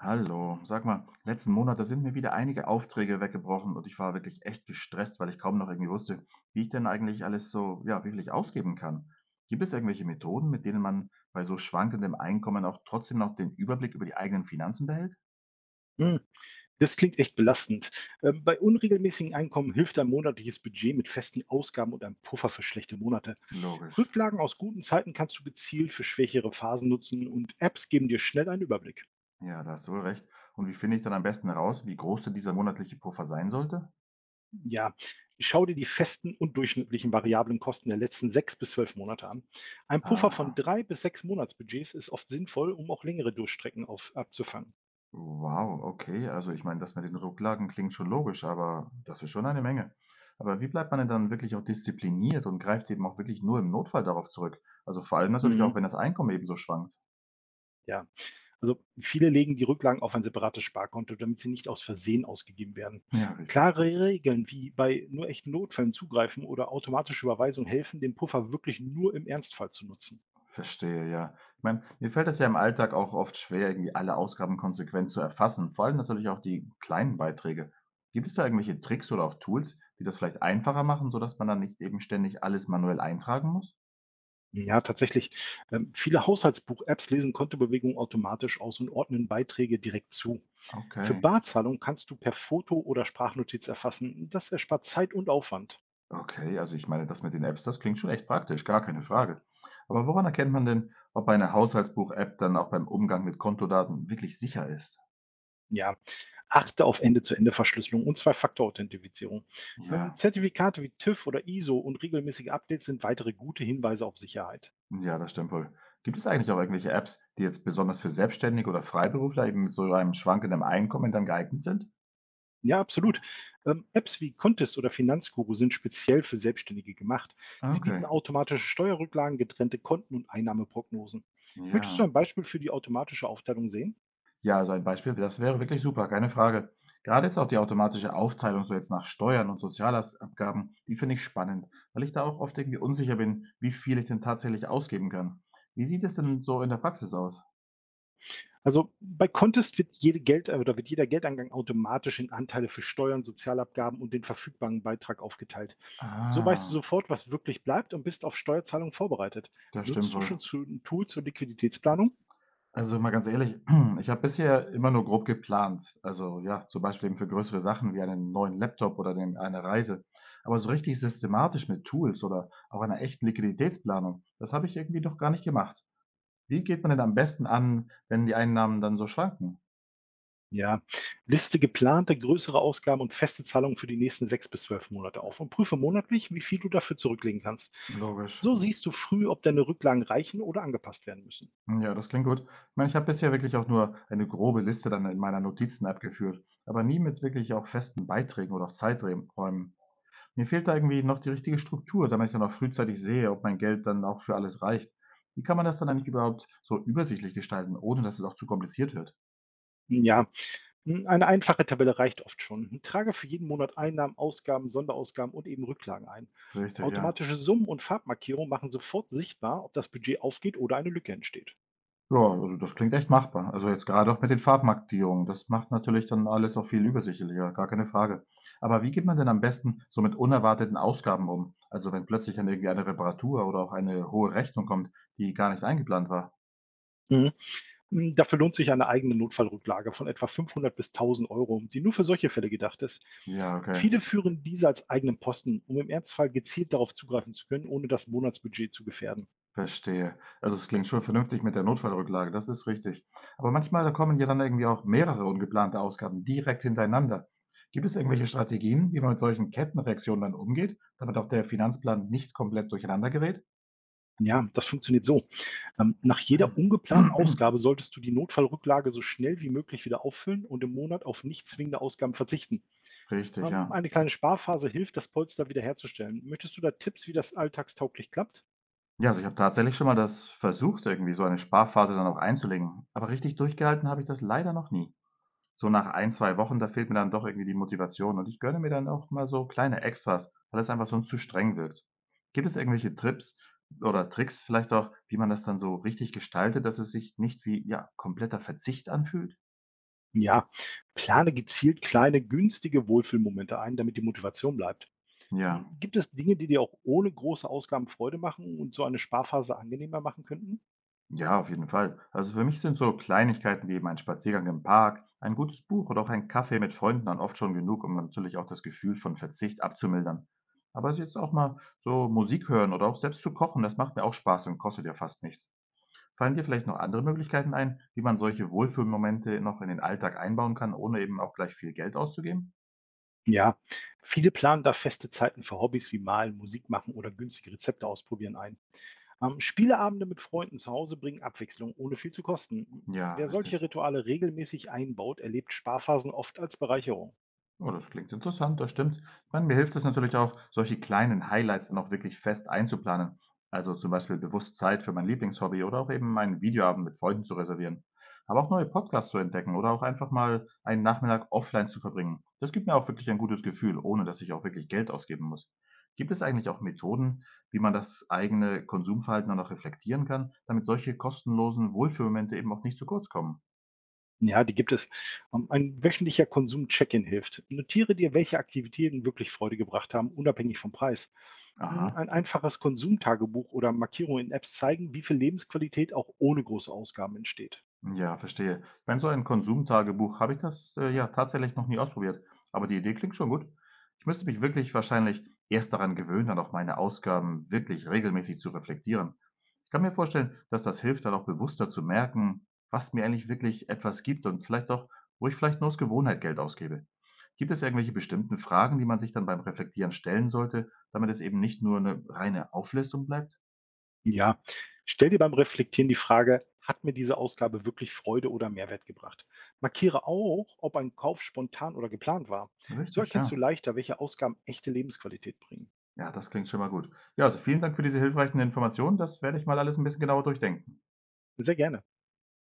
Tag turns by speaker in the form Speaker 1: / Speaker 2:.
Speaker 1: Hallo, sag mal, letzten Monat, da sind mir wieder einige Aufträge weggebrochen und ich war wirklich echt gestresst, weil ich kaum noch irgendwie wusste, wie ich denn eigentlich alles so, ja, wie viel ich ausgeben kann. Gibt es irgendwelche Methoden, mit denen man bei so schwankendem Einkommen auch trotzdem noch den Überblick über die eigenen Finanzen behält?
Speaker 2: Hm, das klingt echt belastend. Bei unregelmäßigen Einkommen hilft ein monatliches Budget mit festen Ausgaben und einem Puffer für schlechte Monate.
Speaker 1: Logisch.
Speaker 2: Rücklagen aus guten Zeiten kannst du gezielt für schwächere Phasen nutzen, und Apps geben dir schnell einen Überblick.
Speaker 1: Ja, da hast du wohl recht. Und wie finde ich dann am besten heraus, wie groß denn dieser monatliche Puffer sein sollte?
Speaker 2: Ja, schau dir die festen und durchschnittlichen variablen Kosten der letzten sechs bis zwölf Monate an. Ein Puffer von
Speaker 1: Ah,
Speaker 2: drei bis sechs Monatsbudgets ist oft sinnvoll, um auch längere Durchstrecken auf, abzufangen.
Speaker 1: wow, okay. Also ich meine, das mit den Rücklagen klingt schon logisch, aber das ist schon eine Menge. Aber wie bleibt man denn dann wirklich auch diszipliniert und greift eben auch wirklich nur im Notfall darauf zurück? Also vor allem natürlich
Speaker 2: Mhm.
Speaker 1: auch, wenn das Einkommen eben so schwankt.
Speaker 2: Ja. Also viele legen die Rücklagen auf ein separates Sparkonto, damit sie nicht aus Versehen ausgegeben werden.
Speaker 1: Ja, richtig.
Speaker 2: Klare Regeln wie bei nur echten Notfällen zugreifen oder automatische Überweisung helfen, den Puffer wirklich nur im Ernstfall zu nutzen.
Speaker 1: Verstehe, ja. Ich meine, mir fällt es ja im Alltag auch oft schwer, irgendwie alle Ausgaben konsequent zu erfassen, vor allem natürlich auch die kleinen Beiträge. Gibt es da irgendwelche Tricks oder auch Tools, die das vielleicht einfacher machen, sodass man dann nicht eben ständig alles manuell eintragen muss?
Speaker 2: Ja, tatsächlich. Viele Haushaltsbuch-Apps lesen Kontobewegungen automatisch aus und ordnen Beiträge direkt zu. Für
Speaker 1: Okay.
Speaker 2: Barzahlung kannst du per Foto oder Sprachnotiz erfassen. Das erspart Zeit und Aufwand.
Speaker 1: Okay, also ich meine, das mit den Apps, das klingt schon echt praktisch, gar keine Frage. Aber woran erkennt man denn, ob eine Haushaltsbuch-App dann auch beim Umgang mit Kontodaten wirklich sicher ist?
Speaker 2: Ja, achte auf Ende-zu-Ende-Verschlüsselung und Zwei-Faktor-Authentifizierung.
Speaker 1: Ja,
Speaker 2: Zertifikate wie TÜV oder ISO und regelmäßige Updates sind weitere gute Hinweise auf Sicherheit.
Speaker 1: ja, das stimmt wohl. Gibt es eigentlich auch irgendwelche Apps, die jetzt besonders für Selbstständige oder Freiberufler eben mit so einem schwankenden Einkommen dann geeignet sind?
Speaker 2: Ja, absolut. Apps wie Contest oder Finanzguru sind speziell für Selbstständige gemacht.
Speaker 1: Ah,
Speaker 2: Sie bieten
Speaker 1: okay,
Speaker 2: automatische Steuerrücklagen, getrennte Konten und Einnahmeprognosen. Möchtest du ein
Speaker 1: ja.
Speaker 2: Beispiel für die automatische Aufteilung sehen?
Speaker 1: Ja, also ein Beispiel, das wäre wirklich super, keine Frage. Gerade jetzt auch die automatische Aufteilung so jetzt nach Steuern und Sozialabgaben, die finde ich spannend, weil ich da auch oft irgendwie unsicher bin, wie viel ich denn tatsächlich ausgeben kann. Wie sieht es denn so in der Praxis aus?
Speaker 2: Also bei Contest wird, jede Geld oder wird jeder Geldeingang automatisch in Anteile für Steuern, Sozialabgaben und den verfügbaren Beitrag aufgeteilt. So weißt du
Speaker 1: Ah,
Speaker 2: sofort, was wirklich bleibt, und bist auf Steuerzahlungen vorbereitet.
Speaker 1: das stimmt
Speaker 2: Nutzt du
Speaker 1: wohl.
Speaker 2: schon zu, ein Tool zur Liquiditätsplanung?
Speaker 1: Also mal ganz ehrlich, ich habe bisher immer nur grob geplant. Also ja, zum Beispiel eben für größere Sachen wie einen neuen Laptop oder eine Reise. Aber so richtig systematisch mit Tools oder auch einer echten Liquiditätsplanung, das habe ich irgendwie noch gar nicht gemacht. Wie geht man denn am besten an, wenn die Einnahmen dann so schwanken?
Speaker 2: Ja. Liste geplante größere Ausgaben und feste Zahlungen für die nächsten sechs bis zwölf Monate auf und prüfe monatlich, wie viel du dafür zurücklegen kannst.
Speaker 1: Logisch.
Speaker 2: So siehst du früh, ob deine Rücklagen reichen oder angepasst werden müssen.
Speaker 1: Hm, ja, das klingt gut. Ich meine, ich habe bisher wirklich auch nur eine grobe Liste dann in meiner Notizen-App geführt, aber nie mit wirklich auch festen Beiträgen oder auch Zeiträumen. Mir fehlt da irgendwie noch die richtige Struktur, damit ich dann auch frühzeitig sehe, ob mein Geld dann auch für alles reicht. Wie kann man das dann eigentlich überhaupt so übersichtlich gestalten, ohne dass es auch zu kompliziert wird?
Speaker 2: Ja, hm, eine einfache Tabelle reicht oft schon. Trage für jeden Monat Einnahmen, Ausgaben, Sonderausgaben und eben Rücklagen ein.
Speaker 1: Richtig, ja.
Speaker 2: Automatische Summen und Farbmarkierungen machen sofort sichtbar, ob das Budget aufgeht oder eine Lücke entsteht.
Speaker 1: Ja, also das klingt echt machbar. Also jetzt gerade auch mit den Farbmarkierungen. Das macht natürlich dann alles auch viel übersichtlicher, gar keine Frage. Aber wie geht man denn am besten so mit unerwarteten Ausgaben um? Also wenn plötzlich dann irgendwie eine Reparatur oder auch eine hohe Rechnung kommt, die gar nicht eingeplant war?
Speaker 2: Mhm. Hm, dafür lohnt sich eine eigene Notfallrücklage von etwa 500 bis 1000 Euro, die nur für solche Fälle gedacht ist.
Speaker 1: Ja, okay,
Speaker 2: Viele führen diese als eigenen Posten, um im Ernstfall gezielt darauf zugreifen zu können, ohne das Monatsbudget zu gefährden.
Speaker 1: verstehe. Also es klingt schon vernünftig mit der Notfallrücklage, das ist richtig. Aber manchmal, da kommen ja dann irgendwie auch mehrere ungeplante Ausgaben direkt hintereinander. Gibt es irgendwelche Strategien, wie man mit solchen Kettenreaktionen dann umgeht, damit auch der Finanzplan nicht komplett durcheinander gerät?
Speaker 2: Ja, das funktioniert so. Nach jeder ungeplanten Ausgabe solltest du die Notfallrücklage so schnell wie möglich wieder auffüllen und im Monat auf nicht zwingende Ausgaben verzichten.
Speaker 1: Richtig, ja.
Speaker 2: Eine kleine Sparphase hilft, das Polster wiederherzustellen. Möchtest du da Tipps, wie das alltagstauglich klappt?
Speaker 1: Ja, also ich habe tatsächlich schon mal das versucht, irgendwie so eine Sparphase dann auch einzulegen. Aber richtig durchgehalten habe ich das leider noch nie. So nach ein 2 Wochen, da fehlt mir dann doch irgendwie die Motivation und ich gönne mir dann auch mal so kleine Extras, weil es einfach sonst zu streng wirkt. Gibt es irgendwelche Trips oder Tricks vielleicht auch, wie man das dann so richtig gestaltet, dass es sich nicht wie, ja, kompletter Verzicht anfühlt?
Speaker 2: Ja, plane gezielt kleine, günstige Wohlfühlmomente ein, damit die Motivation bleibt.
Speaker 1: Ja.
Speaker 2: Hm, gibt es Dinge, die dir auch ohne große Ausgaben Freude machen und so eine Sparphase angenehmer machen könnten?
Speaker 1: Ja, auf jeden Fall. Also für mich sind so Kleinigkeiten wie eben ein Spaziergang im Park, ein gutes Buch oder auch ein Kaffee mit Freunden dann oft schon genug, um natürlich auch das Gefühl von Verzicht abzumildern. Aber jetzt auch mal so Musik hören oder auch selbst zu kochen, das macht mir auch Spaß und kostet ja fast nichts. Fallen dir vielleicht noch andere Möglichkeiten ein, wie man solche Wohlfühlmomente noch in den Alltag einbauen kann, ohne eben auch gleich viel Geld auszugeben?
Speaker 2: Ja, viele planen da feste Zeiten für Hobbys wie Malen, Musik machen oder günstige Rezepte ausprobieren ein. Spieleabende mit Freunden zu Hause bringen Abwechslung, ohne viel zu kosten.
Speaker 1: Ja,
Speaker 2: Wer solche
Speaker 1: richtig.
Speaker 2: Rituale regelmäßig einbaut, erlebt Sparphasen oft als Bereicherung.
Speaker 1: Oh, das klingt interessant, das stimmt. Ich meine, mir hilft es natürlich auch, solche kleinen Highlights dann auch wirklich fest einzuplanen. Also zum Beispiel bewusst Zeit für mein Lieblingshobby oder auch eben meinen Videoabend mit Freunden zu reservieren. Aber auch neue Podcasts zu entdecken oder auch einfach mal einen Nachmittag offline zu verbringen. Das gibt mir auch wirklich ein gutes Gefühl, ohne dass ich auch wirklich Geld ausgeben muss. Gibt es eigentlich auch Methoden, wie man das eigene Konsumverhalten dann auch reflektieren kann, damit solche kostenlosen Wohlfühlmomente eben auch nicht zu kurz kommen?
Speaker 2: Ja, die gibt es. Ein wöchentlicher Konsum-Check-in hilft. Notiere dir, welche Aktivitäten wirklich Freude gebracht haben, unabhängig vom Preis. Mm,
Speaker 1: Aha.
Speaker 2: ein einfaches Konsumtagebuch oder Markierungen in Apps zeigen, wie viel Lebensqualität auch ohne große Ausgaben entsteht.
Speaker 1: Ja, verstehe. Ich meine, so ein Konsumtagebuch habe ich ja, tatsächlich noch nie ausprobiert. Aber die Idee klingt schon gut. Ich müsste mich wirklich wahrscheinlich erst daran gewöhnen, dann auch meine Ausgaben wirklich regelmäßig zu reflektieren. Ich kann mir vorstellen, dass das hilft, dann auch bewusster zu merken, was mir eigentlich wirklich etwas gibt und vielleicht auch, wo ich vielleicht nur aus Gewohnheit Geld ausgebe. Gibt es irgendwelche bestimmten Fragen, die man sich dann beim Reflektieren stellen sollte, damit es eben nicht nur eine reine Auflistung bleibt?
Speaker 2: Ja, stell dir beim Reflektieren die Frage: Hat mir diese Ausgabe wirklich Freude oder Mehrwert gebracht? Markiere auch, ob ein Kauf spontan oder geplant war. So
Speaker 1: Richtig,
Speaker 2: erkennst du
Speaker 1: ja.
Speaker 2: leichter, welche Ausgaben echte Lebensqualität bringen.
Speaker 1: Ja, das klingt schon mal gut. Ja, also vielen Dank für diese hilfreichen Informationen. Das werde ich mal alles ein bisschen genauer durchdenken.
Speaker 2: Sehr gerne.